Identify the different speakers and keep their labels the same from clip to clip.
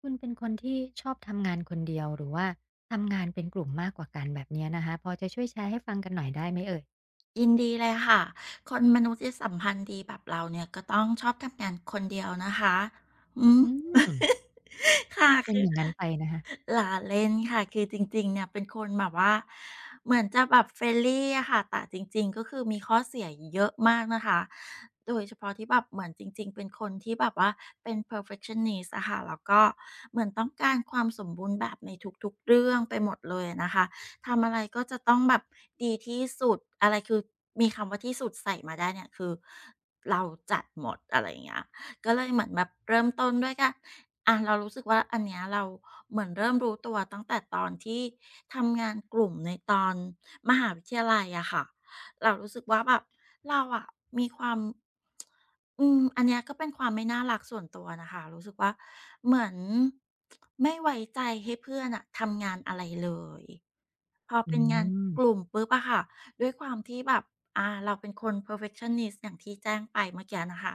Speaker 1: คุณเป็นคนที่ชอบทำงานคนเดียวหรือว่าทำงานเป็นกลุ่มมากกว่ากันแบบเนี้ยนะคะพอจะช่วยแชร์ให้ฟังกันหน่อยได้ไหมเอ่ย
Speaker 2: ยินดีเลยค่ะคนมนุษยสัมพันธ์ดีแบบเราเนี่ยก็ต้องชอบทำงานคนเดียวนะคะอืม
Speaker 1: อืม
Speaker 2: ค่ะ
Speaker 1: เป็น
Speaker 2: คือ
Speaker 1: อย่างงั้นไปนะคะ
Speaker 2: หลาเล่นค่ะคือจริงๆเนี่ยเป็นคนแบบว่าเหมือนจะแบบ friendly อะค่ะแต่จริงๆก็คือมีข้อเสียเยอะมากนะคะโดยเฉพาะที่แบบเหมือนจริงๆเป็นคนที่แบบว่าเป็น perfectionist อะค่ะแล้วก็เหมือนต้องการความสมบูรณ์แบบในทุกๆเรื่องไปหมดเลยอะนะคะทำอะไรก็จะต้องแบบดีที่สุดอะไรคือมีคำว่าที่สุดใส่มาได้เนี่ยคือเราจัดหมดอะไรอย่างเงี้ย ก็เลยเหมือนแบบเริ่มต้นด้วยการอะเรารู้สึกว่าอันเนี้ยเราเหมือนเริ่มรู้ตัวตั้งแต่ตอนที่ทำงานกลุ่มในตอนมหาวิทยาลัยอะค่ะ เรารู้สึกว่าแบบเราอะมีความอันเนี้ยก็เป็นความไม่น่ารักส่วนตัวนะคะ รู้สึกว่าเหมือนไม่ไว้ใจให้เพื่อนอะทำงานอะไรเลยพอ
Speaker 1: อื
Speaker 2: เป็นงาน
Speaker 1: ม
Speaker 2: กลุ่มปุ๊บอะค่ะด้วยความที่แบบเราเป็นคน perfectionist อย่างที่แจ้งไปเมื่อกี้นะคะ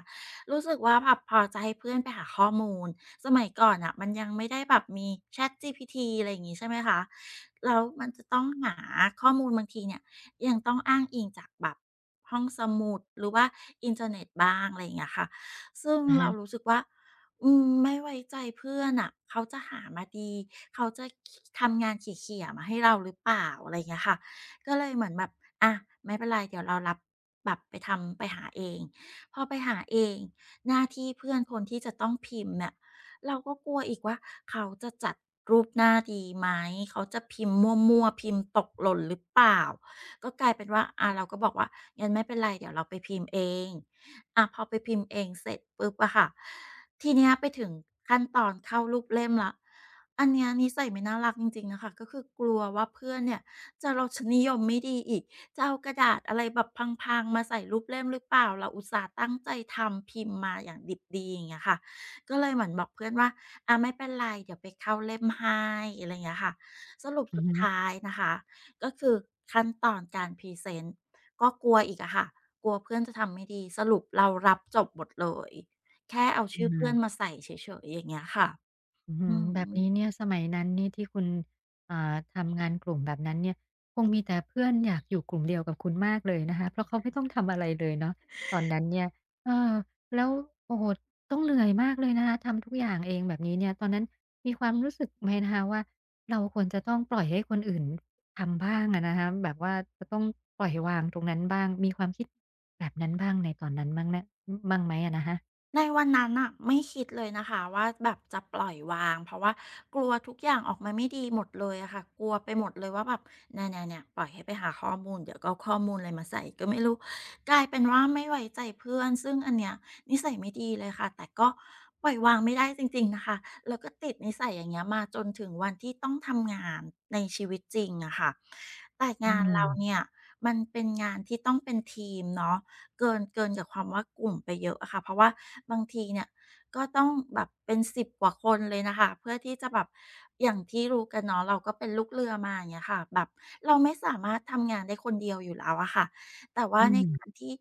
Speaker 2: รู้สึกว่าแบบพอจะให้เพื่อนไปหาข้อมูลสมัยก่อนอ่ะมันยังไม่ได้แบบมี ChatGPT อะไรอย่างงี้ใช่ไหมคะแล้วมันจะต้องหาข้อมูลบางทีเนี่ยยังต้องอ้างอิงจากแบบห้องสมุดหรือว่าอินเทอร์เน็ตบ้างอะไรอย่างเงี้ยค่ะซึ่ง
Speaker 1: อะ
Speaker 2: เรา
Speaker 1: ฮะ
Speaker 2: รู้สึกว่าไม่ไว้ใจเพื่อนน่ะเขาจะหามาดีเขาจะขทำงานเขี่ยๆมาให้เราหรือเปล่าอะไรอย่างเงี้ยค่ะก็เลยเหมือนแบบอะไม่เป็นไรเดี๋ยวเรารับแบบไปทำไปหาเองพอไปหาเอง หน้าที่เพื่อนคนที่จะต้องพิมพ์เนี่ยเราก็กลัวอีกว่าเขาจะจัดรูปหน้าดีไหมเขาจะพิมพ์มั่วๆพิมพ์ตกหล่นหรือเปล่าก็กลายเป็นว่าเราก็บอกว่างั้นไม่เป็นไรเดี๋ยวเราไปพิมพ์เองพอไปพิมพ์เองเสร็จปุ๊บอะค่ะทีเนี้ยไปถึงขั้นตอนเข้ารูปเล่มแล้วอันเนี้ยนิสัยไม่น่ารักจริงๆนะคะก็คือกลัวว่าเพื่อนเนี่ยจะรสนิยมไม่ดีอีก จะเอากระดาษอะไรแบบพังๆมาใส่รูปเล่มหรือเปล่าเราอุตส่าห์ตั้งใจทำพิมพ์มาอย่างดิบดีอย่างเงี้ยค่ะก็เลยเหมือนบอกเพื่อนว่าไม่เป็นไรเดี๋ยวไปเข้าเล่มให้อะไรอย่างเงี้ยค่ะสรุป
Speaker 1: อื
Speaker 2: สุ
Speaker 1: อ
Speaker 2: ด
Speaker 1: ฮึ
Speaker 2: ท้ายนะคะก็คือขั้นตอนการพรีเซนต์ก็กลัวอีกอะค่ะกลัวเพื่อนจะทำไม่ดีสรุปเรารับจบหมดเลยแค่เอา
Speaker 1: อ
Speaker 2: ชื่อเพื่อนมา
Speaker 1: า
Speaker 2: ใส่เฉยๆอย่างเงี้ยค่ะ
Speaker 1: อืฮื
Speaker 2: อือ
Speaker 1: แบบนี้
Speaker 2: ฮึ
Speaker 1: เนี่ยสมัยนั้นนี่ที่คุณทำงานกลุ่มแบบนั้นเนี่ยคงมีแต่เพื่อนอยากอยู่กลุ่มเดียวกับคุณมากเลยนะคะเพราะเขาไม่ต้องทำอะไรเลยเนาะตอนนั้นเนี่ยเออแล้วโอ้โหต้องเหนื่อยมากเลยนะคะทำทุกอย่างเองแบบนี้เนี่ยตอนนั้นมีความรู้สึกไหมนะคะว่าเราควรจะต้องปล่อยให้คนอื่นทำบ้างอะนะคะแบบว่าจะต้องปล่อยวางตรงนั้นบ้างมีความคิดแบบนั้นบ้างในตอนนั้นบ้างนะบ้างไหมอะนะคะ
Speaker 2: ในวันนั้นน่ะไม่คิดเลยนะคะว่าแบบจะปล่อยวางเพราะว่ากลัวทุกอย่างออกมาไม่ดีหมดเลยอะค่ะกลัวไปหมดเลยว่าแบบเนี่ยปล่อยให้ไปหาข้อมูลเดี๋ยวก็เอาข้อมูลอะไรมาใส่ก็ไม่รู้กลายเป็นว่าไม่ไว้ใจเพื่อนซึ่งอันเนี้ยนิสัยไม่ดีเลยค่ะแต่ก็ปล่อยวางไม่ได้จริงๆนะคะแล้วก็ติดนิสัยอย่างเงี้ยมาจนถึงวันที่ต้องทำงานในชีวิตจริงอะค่ะแต่
Speaker 1: อื
Speaker 2: งานเราเนี่ย
Speaker 1: ม
Speaker 2: มันเป็นงานที่ต้องเป็นทีมเนาะ เกินจากความว่ากลุ่มไปเยอะอะค่ะเพราะว่าบางทีเนี่ยก็ต้องแบบเป็นสิบกว่าคนเลยนะคะเพื่อที่จะแบบอย่างที่รู้กันเนาะเราก็เป็นลูกเรือมาอย่างเงี้ยค่ะแบบเราไม่สามารถทำงานได้คนเดียวอยู่แล้วอะค่ะแต่ว่า
Speaker 1: อื
Speaker 2: ในการ
Speaker 1: ม
Speaker 2: ที่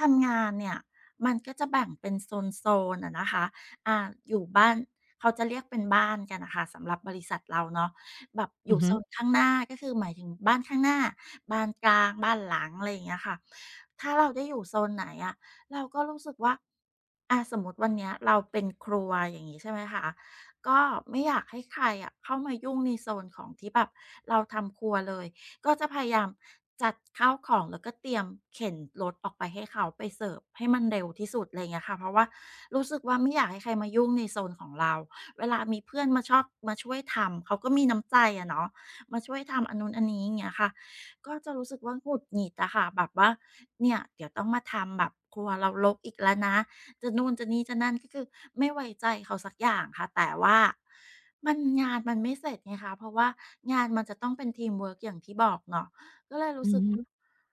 Speaker 2: ทำงานเนี่ยมันก็จะแบ่งเป็นโซนโซนอะนะคะอ่าอยู่บ้านเขาจะเรียกเป็นบ้านกันนะคะสำหรับบริษัทเราเนาะ แบบอ
Speaker 1: อื
Speaker 2: ยู่โซ
Speaker 1: ม
Speaker 2: นข้างหน้าก็คือหมายถึงบ้านข้างหน้าบ้านกลางบ้านหลังอะไรอย่างเงี้ยค่ะถ้าเราได้อยู่โซนไหนอะเราก็รู้สึกว่าสมมุติวันเนี้ยเราเป็นครัวอย่างงี้ใช่ไหมคะก็ไม่อยากให้ใครอะเข้ามายุ่งในโซนของที่แบบเราทำครัวเลยก็จะพยายามจัดข้าวของแล้วก็เตรียมเข็นรถออกไปให้เขาไปเสิร์ฟให้มันเร็วที่สุดอะไรอย่างเงี้ยค่ะเพราะว่ารู้สึกว่าไม่อยากให้ใครมายุ่งในโซนของเรา เวลามีเพื่อนมาชอบมาช่วยทำเขาก็มีน้ำใจอะเนาะมาช่วยทำอันนู้นอันนี้อย่างเงี้ยค่ะก็จะรู้สึกว่าหงุดหงิดอะค่ะแบบว่าเนี่ยเดี๋ยวต้องมาทำแบบครัวเรารกอีกแล้วนะจะนู่นจะนี่จะนั่นก็คือไม่ไว้ใจเขาสักอย่างค่ะแต่ว่ามันงานมันไม่เสร็จไงคะเพราะว่างานมันจะต้องเป็นทีมเวิร์กอย่างที่บอกเนาะก็เลย
Speaker 1: อื
Speaker 2: รู้สึก
Speaker 1: ม
Speaker 2: ว่า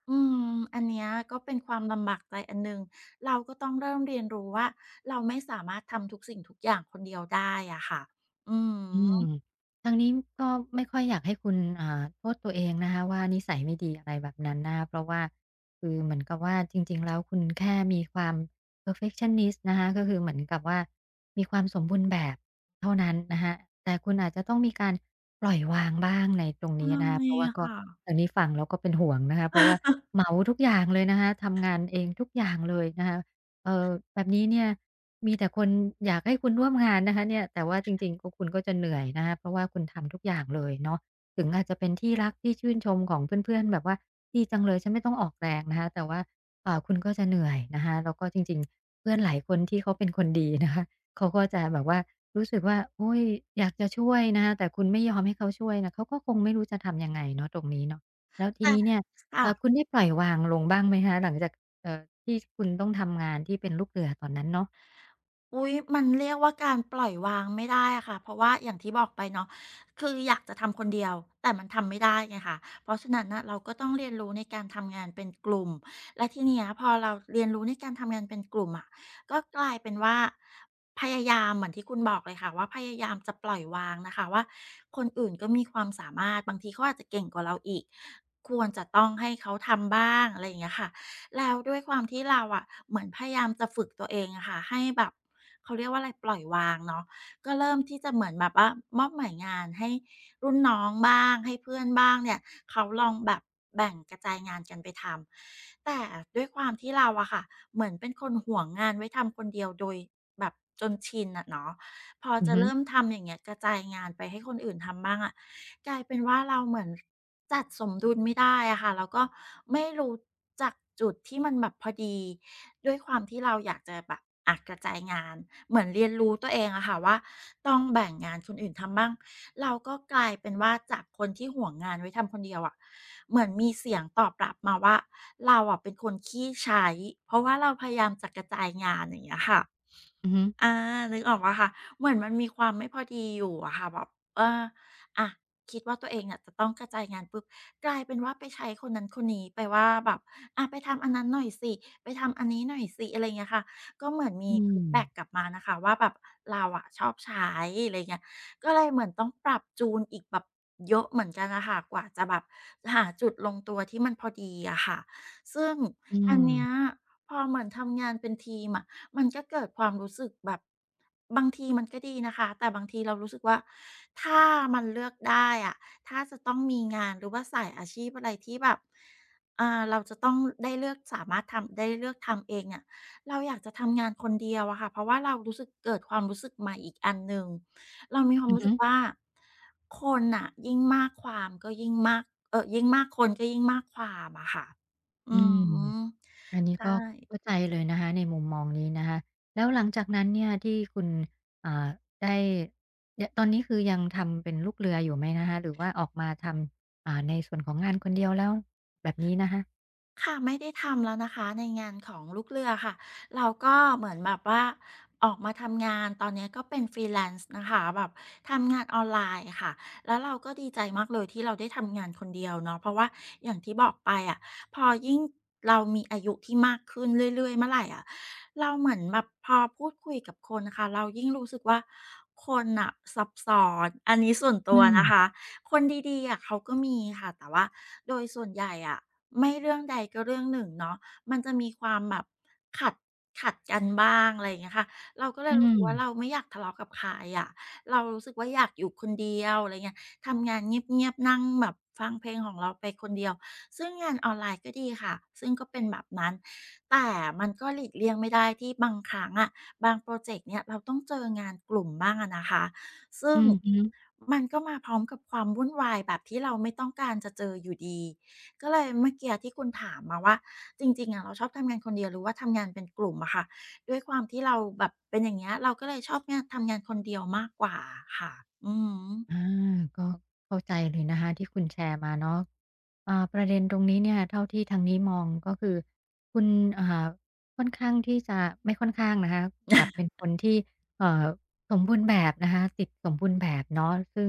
Speaker 2: อืมอันเนี้ยก็เป็นความลำบากใจอันหนึ่ง เราก็ต้องเริ่มเรียนรู้ว่าเราไม่สามารถทำทุกสิ่งทุกอย่างคนเดียวได้อะค่ะ อือ
Speaker 1: อืม
Speaker 2: ฮึ
Speaker 1: ทางนี้ก็ไม่ค่อยอยากให้คุณโทษตัวเองนะคะว่านิสัยไม่ดีอะไรแบบนั้นนะคะเพราะว่าคือเหมือนกับว่าจริงๆแล้วคุณแค่มีความ perfectionist นะคะก็คือเหมือนกับว่ามีความสมบูรณ์แบบเท่านั้นนะคะแต่คุณอาจจะต้องมีการปล่อยวางบ้างในตรง
Speaker 2: ใช่
Speaker 1: นี้นะคะเพราะว่าก็
Speaker 2: ค่ะ
Speaker 1: ทางนี้ฟังแล้วก็เป็นห่วงนะคะเพราะว่าเห มาทุกอย่างเลยนะคะทำงานเองทุกอย่างเลยนะคะ เอ่อแบบนี้เนี่ยมีแต่คนอยากให้คุณร่วมงานนะคะเนี่ยแต่ว่าจริงๆก็คุณก็จะเหนื่อยนะคะเพราะว่าคุณทำทุกอย่างเลยเนาะถึงอาจจะเป็นที่รักที่ชื่นชมของเพื่อนๆแบบว่าดีจังเลยฉันไม่ต้องออกแรงนะคะแต่ว่าคุณก็จะเหนื่อยนะคะแล้วก็จริงๆเพื่อนหลายคนที่เขาเป็นคนดีนะคะเขาก็จะแบบว่ารู้สึกว่าโอ๊ยอยากจะช่วยนะคะแต่คุณไม่ยอมให้เขาช่วยน่ะเขาก็คงไม่รู้จะทำยังไงเนาะตรงนี้เนาะแล้วที
Speaker 2: แต่
Speaker 1: นี้เนี่ย
Speaker 2: ค่ะ
Speaker 1: คุณได้ปล่อยวางลงบ้างไหมคะหลังจาก เอ่อที่คุณต้องทำงานที่เป็นลูกเรือตอนนั้นเนาะ
Speaker 2: อุ๊ยมันเรียกว่าการปล่อยวางไม่ได้อะค่ะเพราะว่าอย่างที่บอกไปเนาะคืออยากจะทำคนเดียวแต่มันทำไม่ได้ไงคะเพราะฉะนั้นน่ะเราก็ต้องเรียนรู้ในการทำงานเป็นกลุ่มและทีเนี้ยพอเราเรียนรู้ในการทำงานเป็นกลุ่มอะก็กลายเป็นว่าพยายามเหมือนที่คุณบอกเลยค่ะว่าพยายามจะปล่อยวางนะคะว่าคนอื่นก็มีความสามารถบางทีเขาอาจจะเก่งกว่าเราอีกควรจะต้องให้เขาทำบ้างอะไรอย่างเงี้ยค่ะ แล้วด้วยความที่เราอะเหมือนพยายามจะฝึกตัวเองอะค่ะให้แบบเขาเรียกว่าอะไรปล่อยวางเนาะก็เริ่มที่จะเหมือนแบบว่ามอบหมายงานให้รุ่นน้องบ้างให้เพื่อนบ้างเนี่ยเขาลองแบบแบ่งกระจายงานกันไปทำแต่ด้วยความที่เราอะค่ะเหมือนเป็นคนหวงงานไว้ทำคนเดียวโดยแบบจนชินอะเนาะ พอ
Speaker 1: อือ
Speaker 2: จะ
Speaker 1: ฮึ
Speaker 2: เริ่มทำอย่างเงี้ยกระจายงานไปให้คนอื่นทำบ้างอะกลายเป็นว่าเราเหมือนจัดสมดุลไม่ได้อะค่ะแล้วก็ไม่รู้จักจุดที่มันแบบพอดีด้วยความที่เราอยากจะแบบอะกระจายงานเหมือนเรียนรู้ตัวเองอะค่ะว่าต้องแบ่งงานคนอื่นทำบ้างเราก็กลายเป็นว่าจากคนที่หวงงานไว้ทำคนเดียวอะเหมือนมีเสียงตอบรับมาว่าเราอะเป็นคนขี้ใช้เพราะว่าเราพยายามจะกระจายงานอย่างเงี้ยค่ะ
Speaker 1: อือฮึ
Speaker 2: อานึกออกแล้วค่ะเหมือนมันมีความไม่พอดีอยู่อะค่ะแบบเอออะคิดว่าตัวเองอะจะต้องกระจายงานปุ๊บกลายเป็นว่าไปใช้คนนั้นคนนี้ไปว่าแบบอะไปทำอันนั้นหน่อยสิไปทำอันนี้หน่อยสิอะไรอย่างเงี้ยค่ะก็เหมือนมี
Speaker 1: อื
Speaker 2: ฟี
Speaker 1: ม
Speaker 2: ดแบ็กกลับมานะคะว่าแบบเราอะชอบใช้อะไรอย่างเงี้ยก็เลยเหมือนต้องปรับจูนอีกแบบเยอะเหมือนกันอะค่ะกว่าจะแบบหาจุดลงตัวที่มันพอดีอะค่ะซึ่ง
Speaker 1: อื
Speaker 2: อัน
Speaker 1: ม
Speaker 2: เนี้ยพอเหมือนทำงานเป็นทีมอะ มันก็เกิดความรู้สึกแบบบางทีมันก็ดีนะคะแต่บางทีเรารู้สึกว่าถ้ามันเลือกได้อะถ้าจะต้องมีงานหรือว่าสายอาชีพอะไรที่แบบเราจะต้องได้เลือกสามารถทำได้เลือกทำเองเนี่ยเราอยากจะทำงานคนเดียวอะค่ะเพราะว่าเรารู้สึกเกิดความรู้สึกใหม่อีกอันหนึ่งเรามีความ
Speaker 1: อือ
Speaker 2: รู้สึ
Speaker 1: ฮึ
Speaker 2: กว่าคนน่ะยิ่งมากความก็ยิ่งมากยิ่งมากคนก็ยิ่งมากความอะค่ะ
Speaker 1: อื
Speaker 2: อือ
Speaker 1: ม
Speaker 2: ฮึ
Speaker 1: อันนี้
Speaker 2: ใช่
Speaker 1: ก็เข้าใจเลยนะคะในมุมมองนี้นะคะแล้วหลังจากนั้นเนี่ยที่คุณอ่าได้ยตอนนี้คือยังทำเป็นลูกเรืออยู่ไหมนะคะหรือว่าออกมาทำในส่วนของงานคนเดียวแล้วแบบนี้นะคะ
Speaker 2: ค่ะไม่ได้ทำแล้วนะคะในงานของลูกเรือค่ะเราก็เหมือนแบบว่าออกมาทำงานตอนเนี้ยก็เป็น Freelance นะคะแบบทำงานออนไลน์ค่ะแล้วเราก็ดีใจมากเลยที่เราได้ทำงานคนเดียวเนาะเพราะว่าอย่างที่บอกไปอะพอยิ่งเรามีอายุที่มากขึ้นเรื่อยๆเมื่อไหรอะเราเหมือนแบบพอพูดคุยกับคนน่ะค่ะเรายิ่งรู้สึกว่าคนน่ะซับซ้อนอันนี้ส่วนตั
Speaker 1: อื
Speaker 2: ว
Speaker 1: ม
Speaker 2: นะคะ คนดีๆอะเขาก็มีค่ะแต่ว่าโดยส่วนใหญ่อะไม่เรื่องใดก็เรื่องหนึ่งเนาะมันจะมีความแบบขัดขัดกันบ้างอะไรอย่างเงี้ยค่ะเราก็เล
Speaker 1: อื
Speaker 2: ยรู้สึกว่าเรา
Speaker 1: ม
Speaker 2: ไม่อยากทะเลาะกับใครอะเรารู้สึกว่าอยากอยู่คนเดียวอะไรเงี้ยทำงานเงียบๆนั่งแบบฟังเพลงของเราไปคนเดียวซึ่งงานออนไลน์ก็ดีค่ะซึ่งก็เป็นแบบนั้นแต่มันก็หลีกเลี่ยงไม่ได้ที่บางครั้งอะบางโปรเจกต์เนี่ยเราต้องเจองานกลุ่มบ้างอะนะคะซึ่
Speaker 1: อื
Speaker 2: ง
Speaker 1: อฮึ
Speaker 2: มันก็มาพร้อมกับความวุ่นวายแบบที่เราไม่ต้องการจะเจออยู่ดี ก็เลยเมื่อกี้ที่คุณถามมาว่าจริงๆอะเราชอบทำงานคนเดียวหรือว่าทำงานเป็นกลุ่มอะค่ะด้วยความที่เราแบบเป็นอย่างเงี้ยเราก็เลยชอบงานทำงานคนเดียวมากกว่าค่ะอือฮึ
Speaker 1: อาก็เข้าใจเลยนะคะที่คุณแชร์มาเนาะประเด็นตรงนี้เนี่ยเท่าที่ทางนี้มองก็คือคุณอ่าค่อนข้างที่จะไม่ค่อนข้างนะคะกลับเป็นคนที่เอ่อสมบูรณ์แบบนะคะติดสมบูรณ์แบบเนาะซึ่ง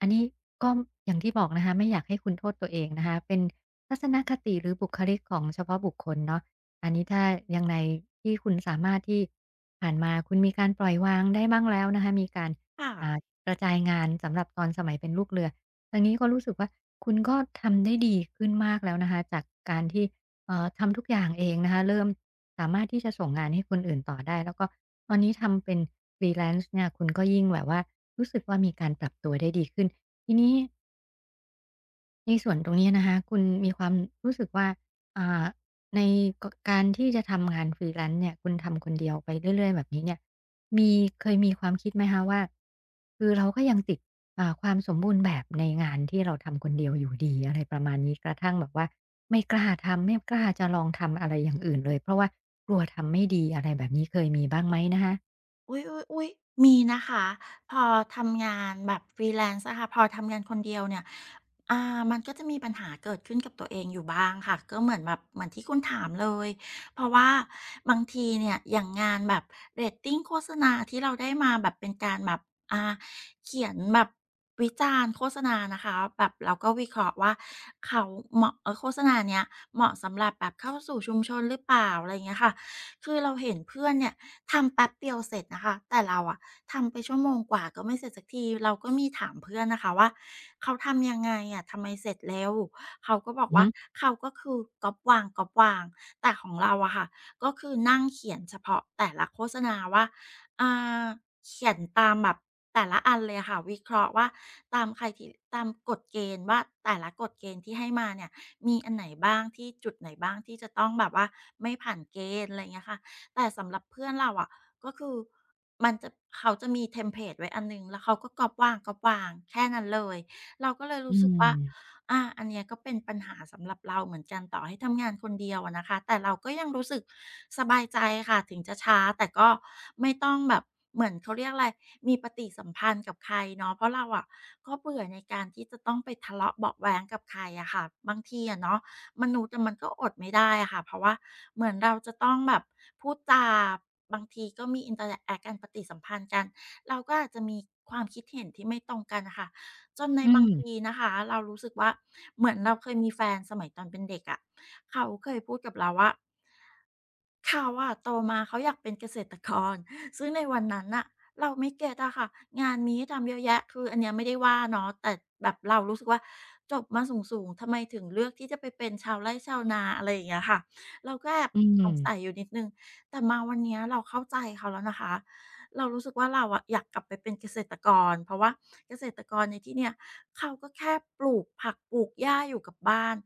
Speaker 1: อันนี้ก็อย่างที่บอกนะคะไม่อยากให้คุณโทษตัวเองนะคะเป็นทัศนคติหรือบุคลิกของเฉพาะบุคคลเนาะอันนี้ถ้ายังไงที่คุณสามารถที่ผ่านมาคุณมีการปล่อยวางได้บ้างแล้วนะคะมีการ
Speaker 2: ค่ะ
Speaker 1: อ่ากระจายงานสำหรับตอนสมัยเป็นลูกเรือทางนี้ก็รู้สึกว่าคุณก็ทำได้ดีขึ้นมากแล้วนะคะจากการที่ทำทุกอย่างเองนะคะเริ่มสามารถที่จะส่งงานให้คนอื่นต่อได้แล้วก็ตอนนี้ทำเป็น Freelance เนี่ยคุณก็ยิ่งแบบว่ารู้สึกว่ามีการปรับตัวได้ดีขึ้นทีนี้ ในส่วนตรงนี้นะคะคุณมีความรู้สึกว่าอ่าในกการที่จะทำงาน freelance เนี่ยคุณทำคนเดียวไปเรื่อยๆแบบนี้เนี่ยมีเคยมีความคิดไหมคะว่าคือเราก็ยังติดความสมบูรณ์แบบในงานที่เราทำคนเดียวอยู่ดีอะไรประมาณนี้กระทั่งแบบว่าไม่กล้าทำไม่กล้าจะลองทำอะไรอย่างอื่นเลยเพราะว่ากลัวทำไม่ดีอะไรแบบนี้เคยมีบ้างไหมนะคะ
Speaker 2: อุ๊ยๆยอุ๊ยมีนะคะพอทำงานแบบ freelance อะค่ะพอทำงานคนเดียวเนี่ยมันก็จะมีปัญหาเกิดขึ้นกับตัวเองอยู่บ้างค่ะก็เหมือนแบบเหมือนที่คุณถามเลยเพราะว่าบางทีเนี่ยอย่างงานแบบเรตติงโฆษณาที่เราได้มาแบบเป็นการแบบอ่าเขียนแบบวิจารณ์โฆษณานะคะแบบเราก็วิเคราะห์ว่าเขาเหมาะโฆษณาเนี้ยเหมาะสำหรับแบบเข้าสู่ชุมชนหรือเปล่าอะไรอย่างเงี้ยค่ะ คือเราเห็นเพื่อนเนี่ยทำแป๊บเดียวเสร็จนะคะแต่เราอะทำไปชั่วโมงกว่าก็ไม่เสร็จสักทีเราก็มีถามเพื่อนนะคะว่าเขาทำยังไงอะทำไมเสร็จเร็วเขาก็บอก
Speaker 1: อือ
Speaker 2: ว่า
Speaker 1: ฮึ
Speaker 2: เขาก็คือก๊อบวางก๊อบวางแต่ของเราอะค่ะก็คือนั่งเขียนเฉพาะแต่ละโฆษณาว่าอ่าเขียนตามแบบแต่ละอันเลยอะค่ะวิเคราะห์ว่าตามไคทีตามกฎเกณฑ์ว่าแต่ละกฎเกณฑ์ที่ให้มาเนี่ย มีอันไหนบ้างที่จุดไหนบ้างที่จะต้องแบบว่าไม่ผ่านเกณฑ์อะไรเงี้ยค่ะแต่สำหรับเพื่อนเราอ่ะก็คือมันจะเขาจะมีเทมเพลตไว้อันหนึ่งแล้วเขาก็ก๊อบวางกอปวางแค่นั้นเลยเราก็เลย
Speaker 1: อื
Speaker 2: รู้สึก
Speaker 1: ม
Speaker 2: ว่า อาอันเนี้ยก็เป็นปัญหาสำหรับเราเหมือนกันต่อให้ทำงานคนเดียวอะนะคะแต่เราก็ยังรู้สึกสบายใจค่ะถึงจะช้าแต่ก็ไม่ต้องแบบเหมือนเขาเรียกอะไรมีปฏิสัมพันธ์กับใครเนาะเพราะเราอะก็เบื่อในการที่จะต้องไปทะเลาะเบาะแว้งกับใครอะค่ะบางทีอะเนาะมนุษย์อะมันก็อดไม่ได้อะค่ะเพราะว่าเหมือนเราจะต้องแบบพูดจาบางทีก็มีอินเตอร์แอกกันปฏิสัมพันธ์กันเราก็อาจจะมีความคิดเห็นที่ไม่ตรงกันน่ะค่ะ จนใน
Speaker 1: อื
Speaker 2: บางที
Speaker 1: ม
Speaker 2: นะคะเรารู้สึกว่าเหมือนเราเคยมีแฟนสมัยตอนเป็นเด็กอะะเขาเคยพูดกับเราว่าเขาอะโตมาเขาอยากเป็นเกษตรกร ซึ่งในวันนั้นน่ะเราไม่เก็ตอะค่ะงานมีให้ทำเยอะแยะคืออันเนี้ยไม่ได้ว่าเนาะแต่แบบเรารู้สึกว่าจบมาสูงๆทำไมถึงเลือกที่จะไปเป็นชาวไร่ชาวนาอะไรอย่างเงี้ยค่ะเราก็แอบ
Speaker 1: อื
Speaker 2: ส
Speaker 1: ม
Speaker 2: งสัยอยู่นิดนึงแต่มาวันเนี้ยเราเข้าใจเขาแล้วนะคะ เรารู้สึกว่าเราอะอยากกลับไปเป็นเกษตรกรเพราะว่าเกษตรกรในที่เนี้ยเขาก็แค่ปลูกผักปลูกหญ้าอยู่กับบ้าน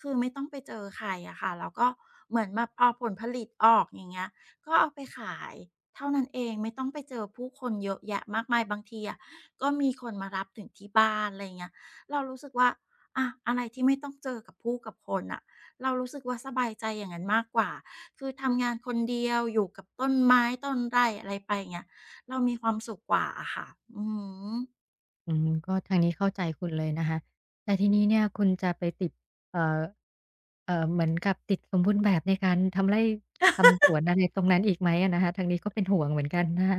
Speaker 2: คือไม่ต้องไปเจอใครอะค่ะแล้วก็เหมือนมาพอผลผลิตออกอย่างเงี้ยก็เอาไปขายเท่านั้นเองไม่ต้องไปเจอผู้คนเยอะแยะมากมายบางทีอะก็มีคนมารับถึงที่บ้านอะไรเงี้ยเรารู้สึกว่าอะอะไรที่ไม่ต้องเจอกับผู้กับคนน่ะเรารู้สึกว่าสบายใจอย่างนั้นมากกว่าคือทำงานคนเดียวอยู่กับต้นไม้ต้นไร่อะไรไปอย่างเงี้ย เรามีความสุขกว่าอะค่ะอืม
Speaker 1: อืมก็ทางนี้เข้าใจคุณเลยนะคะแต่ทีนี้เนี่ยคุณจะไปติดเอ่อเหมือนกับติดสมบูรณ์แบบในการทำไร่ทำสวนอะไรตรงนั้นอีกไหมอะนะคะทางนี้ก็เป็นห่วงเหมือนกันนะคะ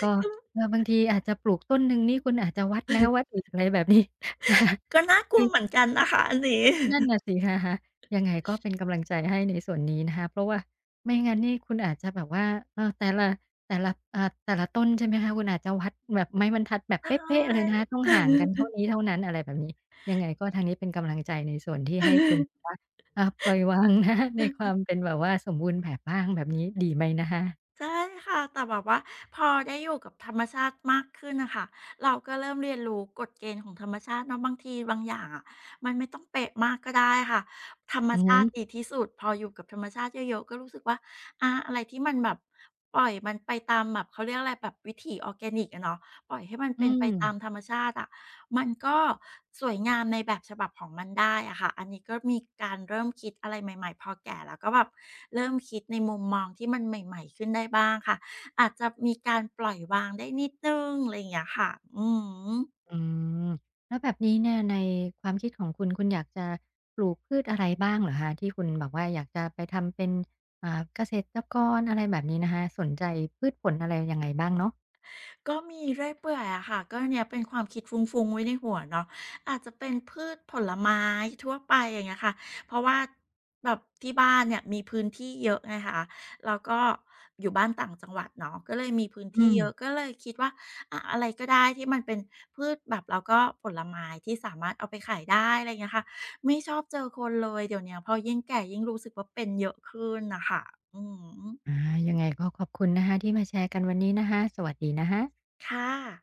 Speaker 1: ก็เออบางทีอาจจะปลูกต้นหนึ่งนี่คุณอาจจะวัดแล้ววัดอีกอะไรแบบนี้นะคะ
Speaker 2: ก็น่ากลัวเหมือนกันนะคะอันนี้
Speaker 1: นั่นน่ะสิคะๆยังไงก็เป็นกำลังใจให้ในส่วนนี้นะคะเพราะว่าไม่งั้นนี่คุณอาจจะแบบว่าเออแต่ละแต่ละต้นใช่ไหมคะคุณอาจจะวัดแบบไม้บรรทัดแบบ
Speaker 2: ใช
Speaker 1: เป๊ะๆเลยนะ
Speaker 2: ่
Speaker 1: คะต้องห่างกันเท่านี้เท่านั้นอะไรแบบนี้ยังไงก็ทางนี้เป็นกำลังใจในส่วนที่ให้คุณแบบว่าปล่อยวางนะคะในความเป็นแบบว่าสมบูรณ์แบบบ้างแบบนี้ดีไหมนะคะ
Speaker 2: ใช่ค่ะ แต่แบบว่าพอได้อยู่กับธรรมชาติมากขึ้นน่ะค่ะเราก็เริ่มเรียนรู้กฎเกณฑ์ของธรรมชาติเนาะบางทีบางอย่างอะมันไม่ต้องเป๊ะมากก็ได้ค่ะธรรม
Speaker 1: อือฮึ
Speaker 2: ชาติดีที่สุดพออยู่กับธรรมชาติเยอะๆก็รู้สึกว่าอาอะไรที่มันแบบปล่อยมันไปตามแบบเขาเรียกอะไรแบบวิถีออร์แกนิกอะเนาะปล่อยให้มัน
Speaker 1: อื
Speaker 2: เป็นไปตามธร
Speaker 1: ม
Speaker 2: รมชาติอะ มันก็สวยงามในแบบฉบับของมันได้อะค่ะ อันนี้ก็มีการเริ่มคิดอะไรใหม่ๆพอแก่แล้วก็แบบเริ่มคิดในมุมมองที่มันใหม่ๆขึ้นได้บ้างค่ะ อาจจะมีการปล่อยวางได้นิดหนึ่งอะไรอย่างเงี้ยค่ะอือฮึ
Speaker 1: อืมแล้วแบบนี้เนี่ยในความคิดของคุณคุณอยากจะปลูกพืชอะไรบ้างเหรอคะที่คุณบอกว่าอยากจะไปทำเป็นเกษตรกรอะไรแบบนี้นะคะสนใจพืชผลอะไรยังไงบ้างเนาะ
Speaker 2: ก็มีเรื่อยเปื่อยอะค่ะก็เนี่ยเป็นความคิดฟุ้งๆไว้ในหัวเนาะอาจจะเป็นพืชผลไม้ทั่วไปอย่างเงี้ยค่ะเพราะว่าแบบที่บ้านเนี่ยมีพื้นที่เยอะไงคะแล้วก็อยู่บ้านต่างจังหวัดเนาะก็เลยมีพื้น
Speaker 1: อื
Speaker 2: ที่
Speaker 1: ม
Speaker 2: เยอะก็เลยคิดว่าอะอะไรก็ได้ที่มันเป็นพืชแบบแล้วก็ผลไม้ที่สามารถเอาไปขายได้อะไรอย่างเงี้ยค่ะไม่ชอบเจอคนเลยเดี๋ยวเนี้ยพอยิ่งแก่ยิ่งรู้สึกว่าเป็นเยอะขึ้นนะคะอืม
Speaker 1: อายังไงก็ขอบคุณนะคะที่มาแชร์กันวันนี้นะคะสวัสดีนะคะ
Speaker 2: ค่ะ